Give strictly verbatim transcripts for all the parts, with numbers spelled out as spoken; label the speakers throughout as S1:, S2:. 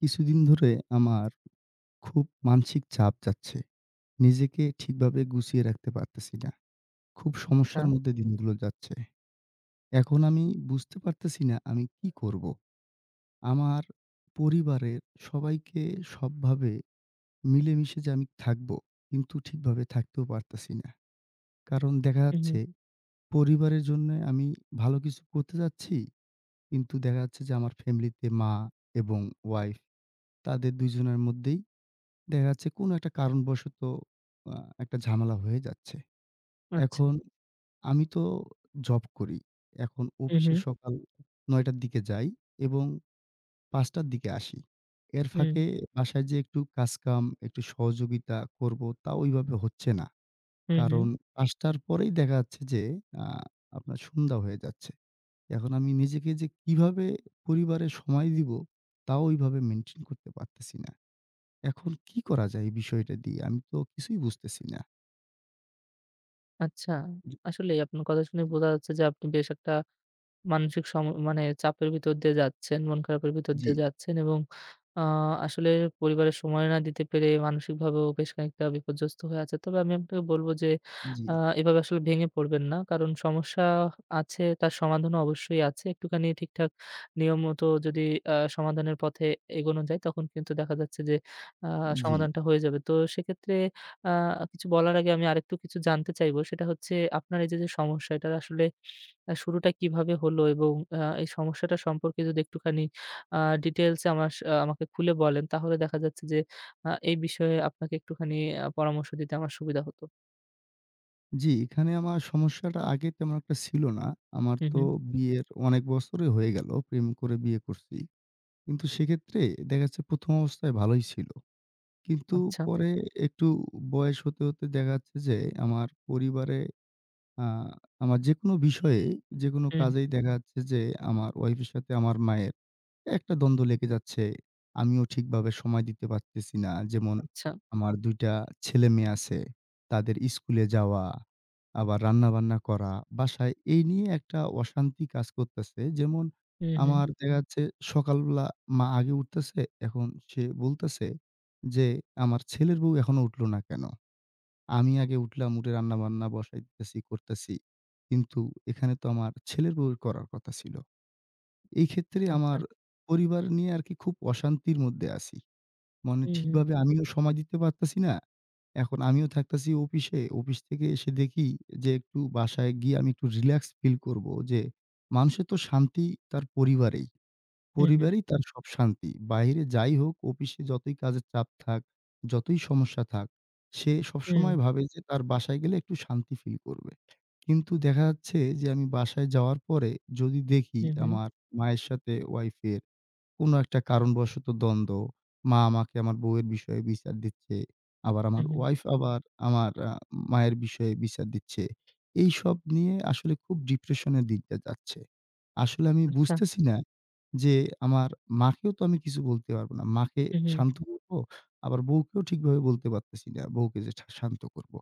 S1: কিছুদিন ধরে আমার খুব মানসিক চাপ যাচ্ছে। নিজেকে ঠিকভাবে গুছিয়ে রাখতে পারতেছি না। খুব
S2: আচ্ছা।
S1: সমস্যার মধ্যে দিনগুলো যাচ্ছে। এখন আমি বুঝতে পারতেছি না আমি কি করব? আমার পরিবারের সবাইকে সবভাবে মিলেমিশে যে আমি থাকবো, কিন্তু ঠিকভাবে থাকতেও পারতেছি না। কারণ দেখা
S2: হুম,
S1: যাচ্ছে
S2: হুম।
S1: পরিবারের জন্যে আমি ভালো কিছু করতে যাচ্ছি, কিন্তু দেখা যাচ্ছে যে আমার ফ্যামিলিতে মা এবং ওয়াইফ তাদের দুই জনের মধ্যেই দেখা যাচ্ছে কোনো একটা কারণবশত আ একটা ঝামেলা হয়ে যাচ্ছে।
S2: আচ্ছা।
S1: এখন আমি তো জব করি। এখন
S2: হুম,
S1: অফিসে
S2: হুম।
S1: সকাল নয় টার দিকে যাই এবং পাঁচ টার দিকে আসি। এর
S2: হুম,
S1: ফাঁকে বাসায় যে একটু কাজকাম, একটু সহযোগিতা করব তা ওইভাবে হচ্ছে না।
S2: হুম, হুম।
S1: কারণ পাঁচ টার পরেই দেখা যাচ্ছে যে আ আপনার সন্ধ্যা হয়ে যাচ্ছে। এখন আমি নিজেকে যে কিভাবে পরিবারে সময় দিব তাও ওইভাবে মেইনটেইন করতে পারতেছি না। এখন কি করা যায় এই বিষয়টা দিয়ে? আমি তো কিছুই বুঝতেছি না।
S2: আচ্ছা।
S1: জি,
S2: আসলেই আপনার কথা শুনে বোঝা যাচ্ছে যে আপনি বেশ একটা মানসিক সম মানে চাপের ভিতর দিয়ে যাচ্ছেন, মন খারাপের ভিতর
S1: জি,
S2: দিয়ে যাচ্ছেন এবং আ আসলে পরিবারের সময় না দিতে পেরে মানসিকভাবেও বেশ খানিকটা বিপর্যস্ত হয়ে আছে। তবে আমি আপনাকে বলব যে
S1: জি,
S2: আ এভাবে আসলে ভেঙে পড়বেন না। কারণ সমস্যা আছে তার সমাধানও অবশ্যই আছে। একটুখানি ঠিকঠাক নিয়ম মতো যদি আ সমাধানের পথে এগোনো যায় তখন কিন্তু দেখা যাচ্ছে যে আ
S1: জি।
S2: সমাধানটা হয়ে যাবে। তো সেক্ষেত্রে আ কিছু বলার আগে আমি আরেকটু কিছু জানতে চাইবো। সেটা হচ্ছে আপনার এই যে, যে সমস্যা এটার আসলে আ শুরুটা কিভাবে হলো এবং আ এই সমস্যাটা সম্পর্কে যদি একটুখানি আ ডিটেইলসে আমার স আহ, আমাকে খুলে বলেন তাহলে দেখা যাচ্ছে যে আ এই বিষয়ে আপনাকে একটুখানি আ পরামর্শ দিতে আমার সুবিধা হতো।
S1: জি, এখানে আমার সমস্যাটা আগে তেমন একটা ছিল না। আমার
S2: হু,
S1: তো
S2: হু।
S1: বিয়ের অনেক বছরই হয়ে গেল। প্রেম করে বিয়ে করছি। কিন্তু সেক্ষেত্রে দেখা যাচ্ছে প্রথম অবস্থায় ভালোই ছিল। কিন্তু
S2: আচ্ছা।
S1: পরে একটু বয়স হতে, হতে দেখা যাচ্ছে যে আমার পরিবারে আ আমার যেকোনো বিষয়ে, যেকোনো
S2: হুম,
S1: কাজেই দেখা যাচ্ছে যে আমার ওয়াইফের সাথে আমার মায়ের একটা দ্বন্দ্ব লেগে যাচ্ছে। আমিও ঠিকভাবে সময় দিতে পারতেছি না। যেমন
S2: আচ্ছা।
S1: আমার দুই টা ছেলেমেয়ে আছে। তাদের স্কুলে যাওয়া, আবার রান্নাবান্না করা, বাসায় এই নিয়ে একটা অশান্তি কাজ করতেছে। যেমন
S2: হু, হু।
S1: আমার দেখা যাচ্ছে সকালবেলা মা আগে উঠতেছে, এখন সে বলতেছে যে, "আমার ছেলের বউ এখনো উঠলো না কেন? আমি আগে উঠলাম, উঠে রান্নাবান্না বসাইতেছি, করতেছি। কিন্তু এখানে তো আমার ছেলের বউয়ের করার কথা ছিল।" এই ক্ষেত্রে
S2: আচ্ছা।
S1: আমার পরিবার নিয়ে আরকি খুব অশান্তির মধ্যে আছি। মানে
S2: হু, হু।
S1: ঠিকভাবে আমিও সময় দিতে পারতেছি না। এখন আমিও থাকতেছি অফিসে। অফিস থেকে এসে দেখি যে একটু বাসায় গিয়ে আমি একটু রিল্যাক্স ফিল করব যে মানুষের তো শান্তি তার পরিবারেই।
S2: হু, হু।
S1: পরিবারেই তার সব শান্তি। বাহিরে যাই হোক, অফিসে যতই কাজের চাপ থাক, যতই সমস্যা থাক, সে
S2: হুম।
S1: সবসময় ভাবে যে তার বাসায় গেলে একটু শান্তি ফিল করবে। কিন্তু দেখা যাচ্ছে যে আমি বাসায় যাওয়ার পরে যদি দেখি
S2: হু, হু।
S1: আমার মায়ের সাথে ওয়াইফের কোনো একটা কারণবশত দ্বন্দ্ব। মা আমাকে আমার বউয়ের বিষয়ে বিচার দিচ্ছে। আবার
S2: হু,
S1: আমার
S2: হু।
S1: ওয়াইফ আবার আমার আ মায়ের বিষয়ে বিচার দিচ্ছে। এইসব নিয়ে আসলে খুব ডিপ্রেশন এর দিকটা যাচ্ছে। আসলে আমি
S2: আচ্ছা।
S1: বুঝতেছি না যে আমার মাকেও তো আমি কিছু বলতে পারব না। মাকে
S2: হু, হু।
S1: শান্ত করব, আবার বউকেও ঠিকভাবে বলতে পারতেছি না। বউকে যে ঠা শান্ত করব।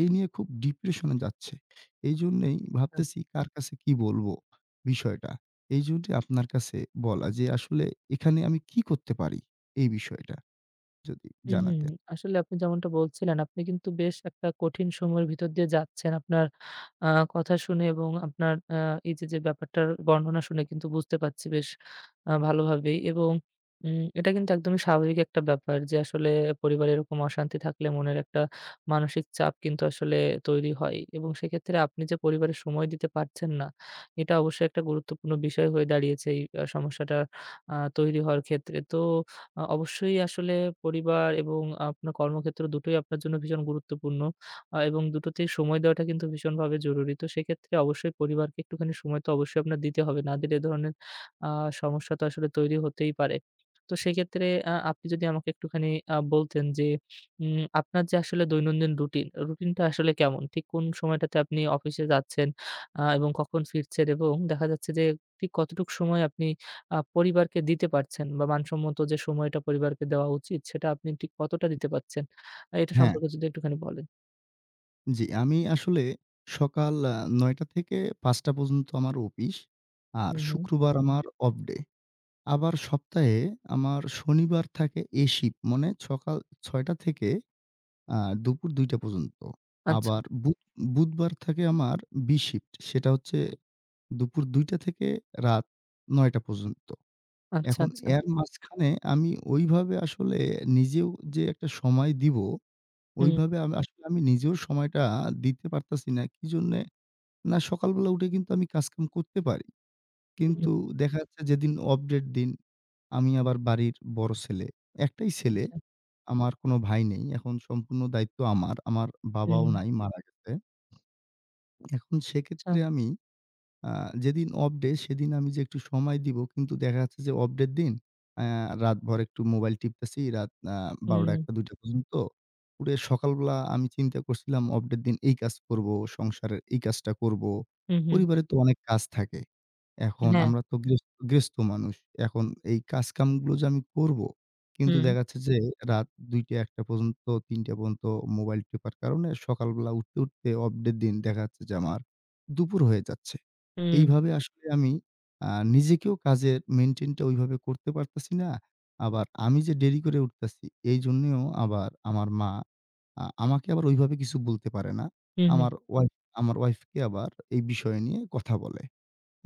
S1: এই নিয়ে খুব ডিপ্রেশন এ যাচ্ছে। এইজন্যেই ভাবতেছি কার কাছে কি বলব বিষয়টা। এই জন্যে আপনার কাছে বলা যে আসলে এখানে আমি কি করতে পারি? এই বিষয়টা যদি
S2: হুম, হুম।
S1: জানাতেন।
S2: আসলে আপনি যেমনটা বলছিলেন, আপনি কিন্তু বেশ একটা কঠিন সময়ের ভিতর দিয়ে যাচ্ছেন। আপনার আ কথা শুনে এবং আপনার আ এই যে, যে ব্যাপারটার বর্ণনা শুনে কিন্তু বুঝতে পারছি বেশ আ ভালোভাবেই এবং উম এটা কিন্তু একদমই স্বাভাবিক একটা ব্যাপার যে, আসলে পরিবারে এরকম অশান্তি থাকলে মনের একটা মানসিক চাপ কিন্তু আসলে তৈরি হয় এবং সেক্ষেত্রে আপনি যে পরিবারে সময় দিতে পারছেন না, এটা অবশ্যই একটা গুরুত্বপূর্ণ বিষয় হয়ে দাঁড়িয়েছে এই আ সমস্যাটা আ তৈরি হওয়ার ক্ষেত্রে। তো আ অবশ্যই আসলে পরিবার এবং আপনার কর্মক্ষেত্র দুটোই আপনার জন্য ভীষণ গুরুত্বপূর্ণ। আ এবং দুটোতেই সময় দেওয়াটা কিন্তু ভীষণভাবে জরুরি। তো সেক্ষেত্রে অবশ্যই পরিবারকে একটুখানি সময় তো অবশ্যই আপনার দিতে হবে। না দিলে এ ধরনের আ সমস্যা তো আসলে তৈরি হতেই পারে। তো সেক্ষেত্রে আ আপনি যদি আমাকে একটুখানি আ বলতেন যে উম আপনার যে আসলে দৈনন্দিন রুটিন, রুটিনটা আসলে কেমন? ঠিক কোন সময়টাতে আপনি অফিসে যাচ্ছেন আ এবং কখন ফিরছেন এবং দেখা যাচ্ছে যে ঠিক কতটুক সময় আপনি আ পরিবারকে দিতে পারছেন বা মানসম্মত যে সময়টা পরিবারকে দেওয়া উচিত সেটা আপনি ঠিক কতটা দিতে পারছেন? আ এটা
S1: হ্যাঁ,
S2: সম্পর্কে যদি একটুখানি বলেন।
S1: জি। আমি আসলে সকাল আ ৯ঃ শূন্য শূন্য থেকে ৫ঃ শূন্য শূন্য পর্যন্ত আমার অফিস। আর
S2: হুম, হুম।
S1: শুক্রবার হুম। আমার অফ ডে। আবার সপ্তাহে আমার শনিবার থাকে এ শিফট মানে সকাল ৬ঃ শূন্য শূন্য থেকে আ দুপুর ২ঃ শূন্য শূন্য পর্যন্ত।
S2: আচ্ছা,
S1: আবার বুধ বুধবার থাকে আমার বি শিফট সেটা হচ্ছে দুপুর ২ঃ শূন্য শূন্য থেকে রাত ৯ঃ শূন্য শূন্য পর্যন্ত।
S2: আচ্ছা,
S1: এখন
S2: আচ্ছা।
S1: এর মাঝখানে আমি ওইভাবে আসলে নিজেও যে একটা সময় দিব,
S2: হুম,
S1: ওইভাবে আমি আসলে আমি নিজেও সময়টা দিতে পারতাছি না। কি জন্যে? না সকালবেলা উঠে কিন্তু আমি কাজকাম করতে পারি।
S2: হুম, হুম,
S1: কিন্তু দেখা যাচ্ছে যেদিন অফ ডের দিন, আমি আবার বাড়ির বড় ছেলে। একটাই ছেলে,
S2: আচ্ছা,
S1: আমার কোনো ভাই নেই। এখন সম্পূর্ণ দায়িত্ব আমার। আমার বাবাও
S2: হুম,
S1: নাই, মারা গেছে। এখন
S2: আচ্ছা,
S1: সেক্ষেত্রে আমি আ যেদিন অফ ডে সেদিন আমি যে একটু সময় দিব কিন্তু দেখা যাচ্ছে যে অফ ডে র দিন আ রাতভর একটু মোবাইল টিপতেছি রাত আ
S2: হুম,
S1: ১২ঃ শূন্য শূন্য-একটা-দুইটা পর্যন্ত। উঠে সকালবেলা আমি চিন্তা করছিলাম অফ ডে র দিন এই কাজ করব, সংসারের এই কাজটা করব।
S2: হুম, হুম।
S1: পরিবারে তো অনেক কাজ থাকে। এখন
S2: হ্যাঁ,
S1: আমরা তো গৃহস গৃহস্থ মানুষ। এখন এই কাজকামগুলো যে আমি করব কিন্তু
S2: হুম,
S1: দেখা যাচ্ছে যে রাত ২ঃ শূন্য শূন্য-একটা পর্যন্ত ৩ঃ শূন্য শূন্য পর্যন্ত মোবাইল টেপার কারণে সকালবেলা উঠতে, উঠতে অফ ডে র দিন দেখা যাচ্ছে যে আমার দুপুর হয়ে যাচ্ছে।
S2: হুম,
S1: এইভাবে আসলে আমি আ নিজেকেও কাজের মেইনটেইন টা ওইভাবে করতে পারতেছি না। আবার আমি যে দেরি করে উঠতেছি, এইজন্যেও আবার আমার মা আ আমাকে আবার ওইভাবে কিছু বলতে পারে না।
S2: হুম, হুম,
S1: আমার ওয়াইফ আমার ওয়াইফকে আবার এই বিষয় নিয়ে কথা বলে।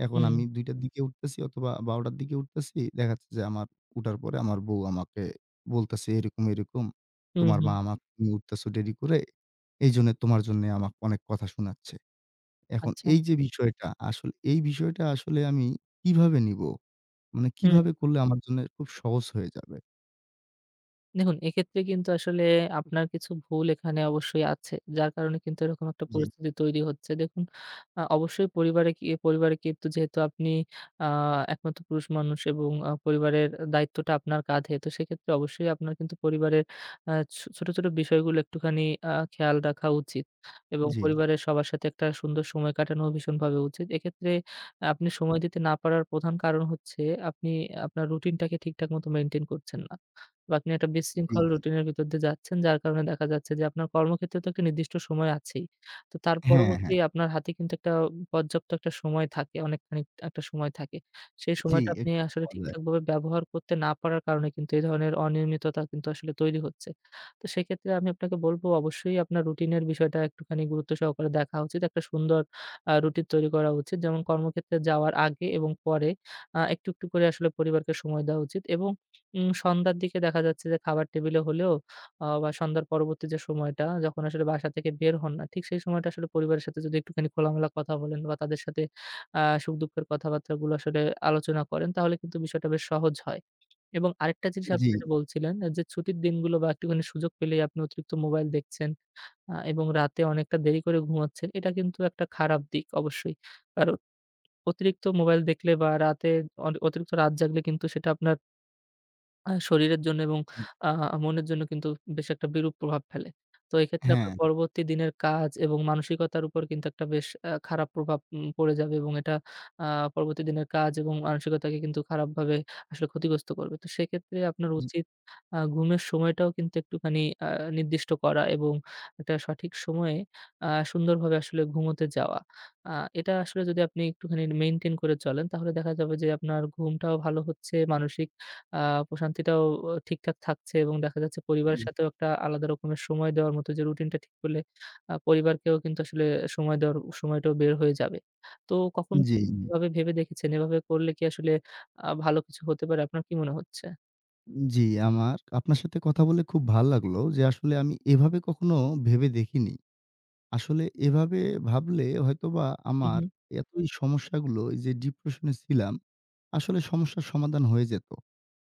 S1: এখন
S2: হুম,
S1: আমি দুই টার দিকে উঠতেছি অথবা বারো টার দিকে উঠতেছি। দেখা যাচ্ছে যে আমার উঠার পরে আমার বউ আমাকে বলতেছে, "এরকম, এরকম।
S2: হুম,
S1: তোমার মা
S2: হুম,
S1: আমাকে তুমি উঠতেছো দেরি করে। এইজন্য তোমার জন্যে আমাকে অনেক কথা শোনাচ্ছে।" এখন
S2: আচ্ছা,
S1: এই যে বিষয়টা, আসলে এই বিষয়টা আসলে আমি কিভাবে নিবো? মানে
S2: হুম।
S1: কিভাবে করলে আমার জন্য খুব সহজ হয়ে যাবে?
S2: দেখুন, এক্ষেত্রে কিন্তু আসলে আপনার কিছু ভুল এখানে অবশ্যই আছে। যার কারণে কিন্তু এরকম একটা
S1: জি,
S2: পরিস্থিতি তৈরি হচ্ছে। দেখুন, আ অবশ্যই পরিবারে কি পরিবারে কিন্তু যেহেতু আপনি আ একমাত্র পুরুষ মানুষ এবং আ পরিবারের দায়িত্বটা আপনার কাঁধে। তো সেক্ষেত্রে অবশ্যই আপনার কিন্তু পরিবারের আ ছো ছোট, ছোট বিষয়গুলো একটুখানি আ খেয়াল রাখা উচিত এবং
S1: জি,
S2: পরিবারের সবার সাথে একটা সুন্দর সময় কাটানো ভীষণভাবে উচিত। এক্ষেত্রে আপনি সময় দিতে না পারার প্রধান কারণ হচ্ছে আপনি আপনার রুটিনটাকে ঠিকঠাক মতো মেইনটেইন করছেন না। বা আপনি একটা
S1: জি,
S2: বিশৃঙ্খল
S1: জি।
S2: রুটিনের ভিতর দিয়ে যাচ্ছেন, যার কারণে দেখা যাচ্ছে যে আপনার কর্মক্ষেত্রে তো একটা নির্দিষ্ট সময় আছেই। তো তার
S1: হ্যাঁ,
S2: পরবর্তী
S1: হ্যাঁ।
S2: আপনার হাতে কিন্তু একটা পর্যাপ্ত একটা সময় থাকে, অনেকখানি একটা সময় থাকে। সেই
S1: জি,
S2: সময়টা আপনি
S1: একটু
S2: আসলে
S1: পাওয়া যায়।
S2: ঠিকঠাকভাবে ব্যবহার করতে না পারার কারণে কিন্তু এই ধরনের অনিয়মিততা কিন্তু আসলে তৈরি হচ্ছে। তো সেক্ষেত্রে আমি আপনাকে বলব অবশ্যই আপনার রুটিনের বিষয়টা একটুখানি গুরুত্ব সহকারে দেখা উচিত। একটা সুন্দর আ রুটিন তৈরি করা উচিত। যেমন কর্মক্ষেত্রে যাওয়ার আগে এবং পরে আ একটু, একটু করে আসলে পরিবারকে সময় দেওয়া উচিত এবং উম সন্ধ্যার দিকে দেখা যাচ্ছে যে খাবার টেবিলে হলেও আ বা সন্ধ্যার পরবর্তী যে সময়টা যখন আসলে বাসা থেকে বের হন না, ঠিক সেই সময়টা আসলে পরিবারের সাথে যদি একটুখানি খোলামেলা কথা বলেন বা তাদের সাথে আ সুখ-দুঃখের কথাবার্তাগুলো আসলে আলোচনা করেন তাহলে কিন্তু বিষয়টা বেশ সহজ হয়। এবং আরেকটা জিনিস আপনি
S1: জি,
S2: যেটা বলছিলেন আ যে ছুটির দিনগুলো বা একটুখানি সুযোগ পেলেই আপনি অতিরিক্ত মোবাইল দেখছেন আ এবং রাতে অনেকটা দেরি করে ঘুমাচ্ছেন। এটা কিন্তু একটা খারাপ দিক অবশ্যই। কারণ অতিরিক্ত মোবাইল দেখলে বা রাতে অন অতিরিক্ত রাত জাগলে কিন্তু সেটা আপনার আ শরীরের জন্য এবং
S1: জি,
S2: আ মনের জন্য কিন্তু বেশ একটা বিরূপ প্রভাব ফেলে। তো এক্ষেত্রে আপনার
S1: হ্যাঁ।
S2: পরবর্তী দিনের কাজ এবং মানসিকতার উপর কিন্তু একটা বেশ আ খারাপ প্রভাব উম পড়ে যাবে এবং এটা আ পরবর্তী দিনের কাজ এবং মানসিকতাকে কিন্তু খারাপভাবে আসলে ক্ষতিগ্রস্ত করবে। তো সেক্ষেত্রে আপনার
S1: জি,
S2: উচিত আ ঘুমের সময়টাও কিন্তু একটুখানি আ নির্দিষ্ট করা এবং একটা সঠিক সময়ে আ সুন্দরভাবে আসলে ঘুমোতে যাওয়া। আ এটা আসলে যদি আপনি একটুখানি মেইনটেইন করে চলেন তাহলে দেখা যাবে যে আপনার ঘুমটাও ভালো হচ্ছে, মানসিক আ প্রশান্তিটাও অ ঠিকঠাক থাকছে এবং দেখা যাচ্ছে হুম। পরিবারের সাথেও একটা আলাদা রকমের সময় দেওয়ার মতো যে রুটিনটা ঠিক করলে আ পরিবারকেও কিন্তু আসলে সময় দেওয়ার সময়টাও বের হয়ে যাবে। তো কখনো কি
S1: জি,
S2: এভাবে ভেবে দেখেছেন? এভাবে করলে কি আসলে আ ভালো কিছু হতে পারে? আপনার কি মনে হচ্ছে?
S1: জি। আমার আপনার সাথে কথা বলে খুব ভাল লাগলো যে আসলে আমি এভাবে কখনো ভেবে দেখিনি। আসলে এভাবে ভাবলে হয়তোবা
S2: হুম,
S1: আমার
S2: হুম।
S1: এতই সমস্যাগুলো এই যে ডিপ্রেশন এ ছিলাম, আসলে সমস্যার সমাধান হয়ে যেত।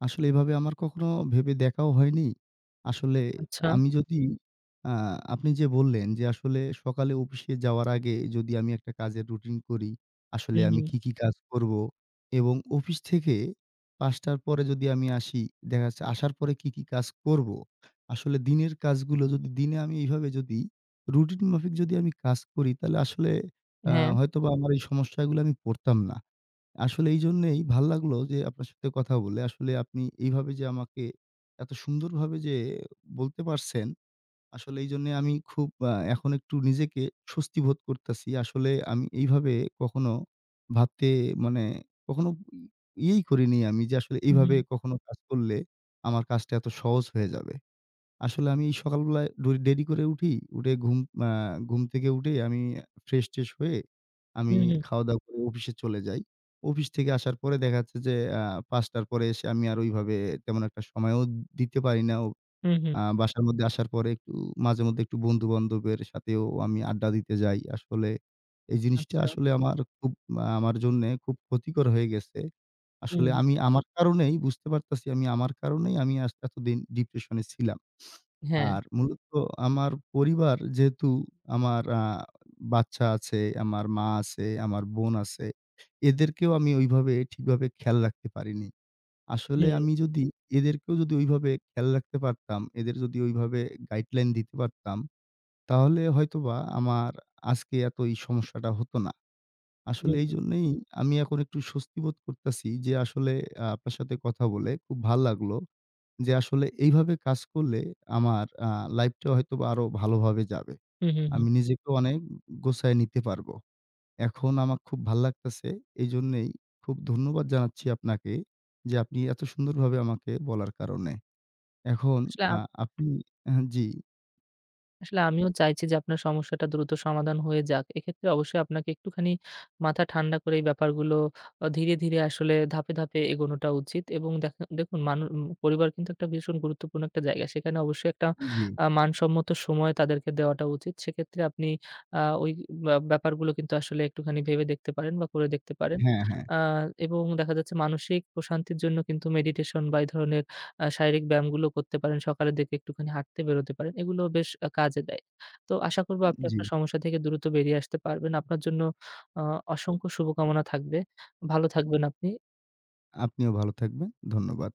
S1: আসলে এভাবে আমার কখনো ভেবে দেখাও হয়নি। আসলে
S2: আচ্ছা।
S1: আমি যদি আ আপনি যে বললেন যে আসলে সকালে অফিসে যাওয়ার আগে যদি আমি একটা কাজের রুটিন করি, আসলে
S2: হুম,
S1: আমি
S2: হুম।
S1: কি, কি কাজ করব এবং অফিস থেকে ৫ঃ শূন্য শূন্য টার পরে যদি আমি আসি, দেখা যাচ্ছে আসার পরে কি, কি কাজ করব। আসলে দিনের কাজগুলো যদি দিনে আমি এভাবে যদি রুটিন মাফিক যদি আমি কাজ করি তাহলে আসলে আ
S2: হ্যাঁ।
S1: হয়তোবা আমার এই সমস্যাগুলো আমি পড়তাম না। আসলে এইজন্যেই ভাল লাগলো যে আপনার সাথে কথা বলে। আসলে আপনি এইভাবে যে আমাকে এত সুন্দরভাবে যে বলতে পারছেন, আসলে এইজন্যে আমি খুব আ এখন একটু নিজেকে স্বস্তি বোধ করতেছি। আসলে আমি এইভাবে কখনো ভাবতে মানে কখনো ইয়েই করিনি আমি যে আসলে
S2: হুম,
S1: এইভাবে
S2: হুম।
S1: কখনো কাজ করলে আমার কাজটা এত সহজ হয়ে যাবে। আসলে আমি সকালবেলায় ড দেরি করে উঠি। উঠে ঘুম আ ঘুম থেকে উঠে আমি ফ্রেশ-ট্রেশ হয়ে আমি
S2: হুম, হুম।
S1: খাওয়া-দাওয়া করে অফিসে চলে যাই। অফিস থেকে আসার পরে দেখা যাচ্ছে যে আ ৫ঃ শূন্য শূন্য র পরে এসে আমি আর ওইভাবে তেমন একটা সময়ও দিতে পারি না। ও
S2: হুম, হুম।
S1: আ বাসার মধ্যে আসার পরে একটু মাঝেমধ্যে একটু বন্ধু-বান্ধবের সাথেও আমি আড্ডা দিতে যাই। আসলে এই জিনিসটা
S2: আচ্ছা।
S1: আসলে আমার খুব আ আমার জন্যে খুব ক্ষতিকর হয়ে গেছে। আসলে
S2: হুম।
S1: আমি আমার কারণেই বুঝতে পারতাছি আমি আমার কারণেই আমি আজ এতদিন ডিপ্রেশন এ ছিলাম।
S2: হ্যাঁ।
S1: আর মূলত আমার পরিবার যেহেতু আমার আ বাচ্চা আছে, আমার মা আছে, আমার বোন আছে। এদেরকেও আমি ওইভাবে ঠিকভাবে খেয়াল রাখতে পারিনি। আসলে
S2: হুম,
S1: আমি যদি এদেরকেও যদি ওইভাবে খেয়াল রাখতে পারতাম, এদের যদি ওইভাবে গাইডলাইন দিতে পারতাম, তাহলে হয়তোবা আমার আজকে এত এই সমস্যাটা হতো না। আসলে
S2: হুম,
S1: এইজন্যেই আমি এখন একটু স্বস্তি বোধ করতেছি যে আসলে আ আপনার সাথে কথা বলে খুব ভাল লাগলো। যে আসলে এইভাবে কাজ করলে আমার আ লাইফটা হয়তোবা আরো ভালোভাবে যাবে।
S2: হুম, হুম, হুম।
S1: আমি
S2: হুম।
S1: নিজেকেও অনেক গোছায় নিতে পারবো। এখন আমার খুব ভাল লাগতেছে। এইজন্যেই খুব ধন্যবাদ জানাচ্ছি আপনাকে যে আপনি এত সুন্দরভাবে আমাকে বলার কারণে। এখন
S2: আসলে
S1: আ আপনি হ্যাঁ, জি,
S2: আসলে আমিও চাইছি যে আপনার সমস্যাটা দ্রুত সমাধান হয়ে যাক। এক্ষেত্রে অবশ্যই আপনাকে একটুখানি মাথা ঠান্ডা করে এই ব্যাপারগুলো আ ধীরে, ধীরে আসলে ধাপে, ধাপে এগোনোটা উচিত এবং দেখে দেখুন মানু উম পরিবার কিন্তু একটা ভীষণ গুরুত্বপূর্ণ একটা জায়গা। সেখানে অবশ্যই একটা
S1: জি।
S2: আ মানসম্মত সময় তাদেরকে দেওয়াটা উচিত। সেক্ষেত্রে আপনি আ ওই ব্যা ব্যাপারগুলো কিন্তু আসলে একটুখানি ভেবে দেখতে পারেন বা করে দেখতে হুম। পারেন।
S1: হ্যাঁ, হ্যাঁ।
S2: আ এবং দেখা যাচ্ছে মানসিক প্রশান্তির জন্য কিন্তু মেডিটেশন বা এই ধরনের আ শারীরিক ব্যায়ামগুলো করতে পারেন। সকালের দিকে একটুখানি হাঁটতে বেরোতে পারেন। এগুলো বেশ আ কাজে দেয়। তো আশা করব আপনি
S1: জি।
S2: আপনার সমস্যা থেকে দ্রুত বেরিয়ে আসতে পারবেন। আপনার জন্য আ অসংখ্য শুভকামনা থাকবে। ভালো থাকবেন আপনি।
S1: আপনিও ভালো থাকবেন। ধন্যবাদ।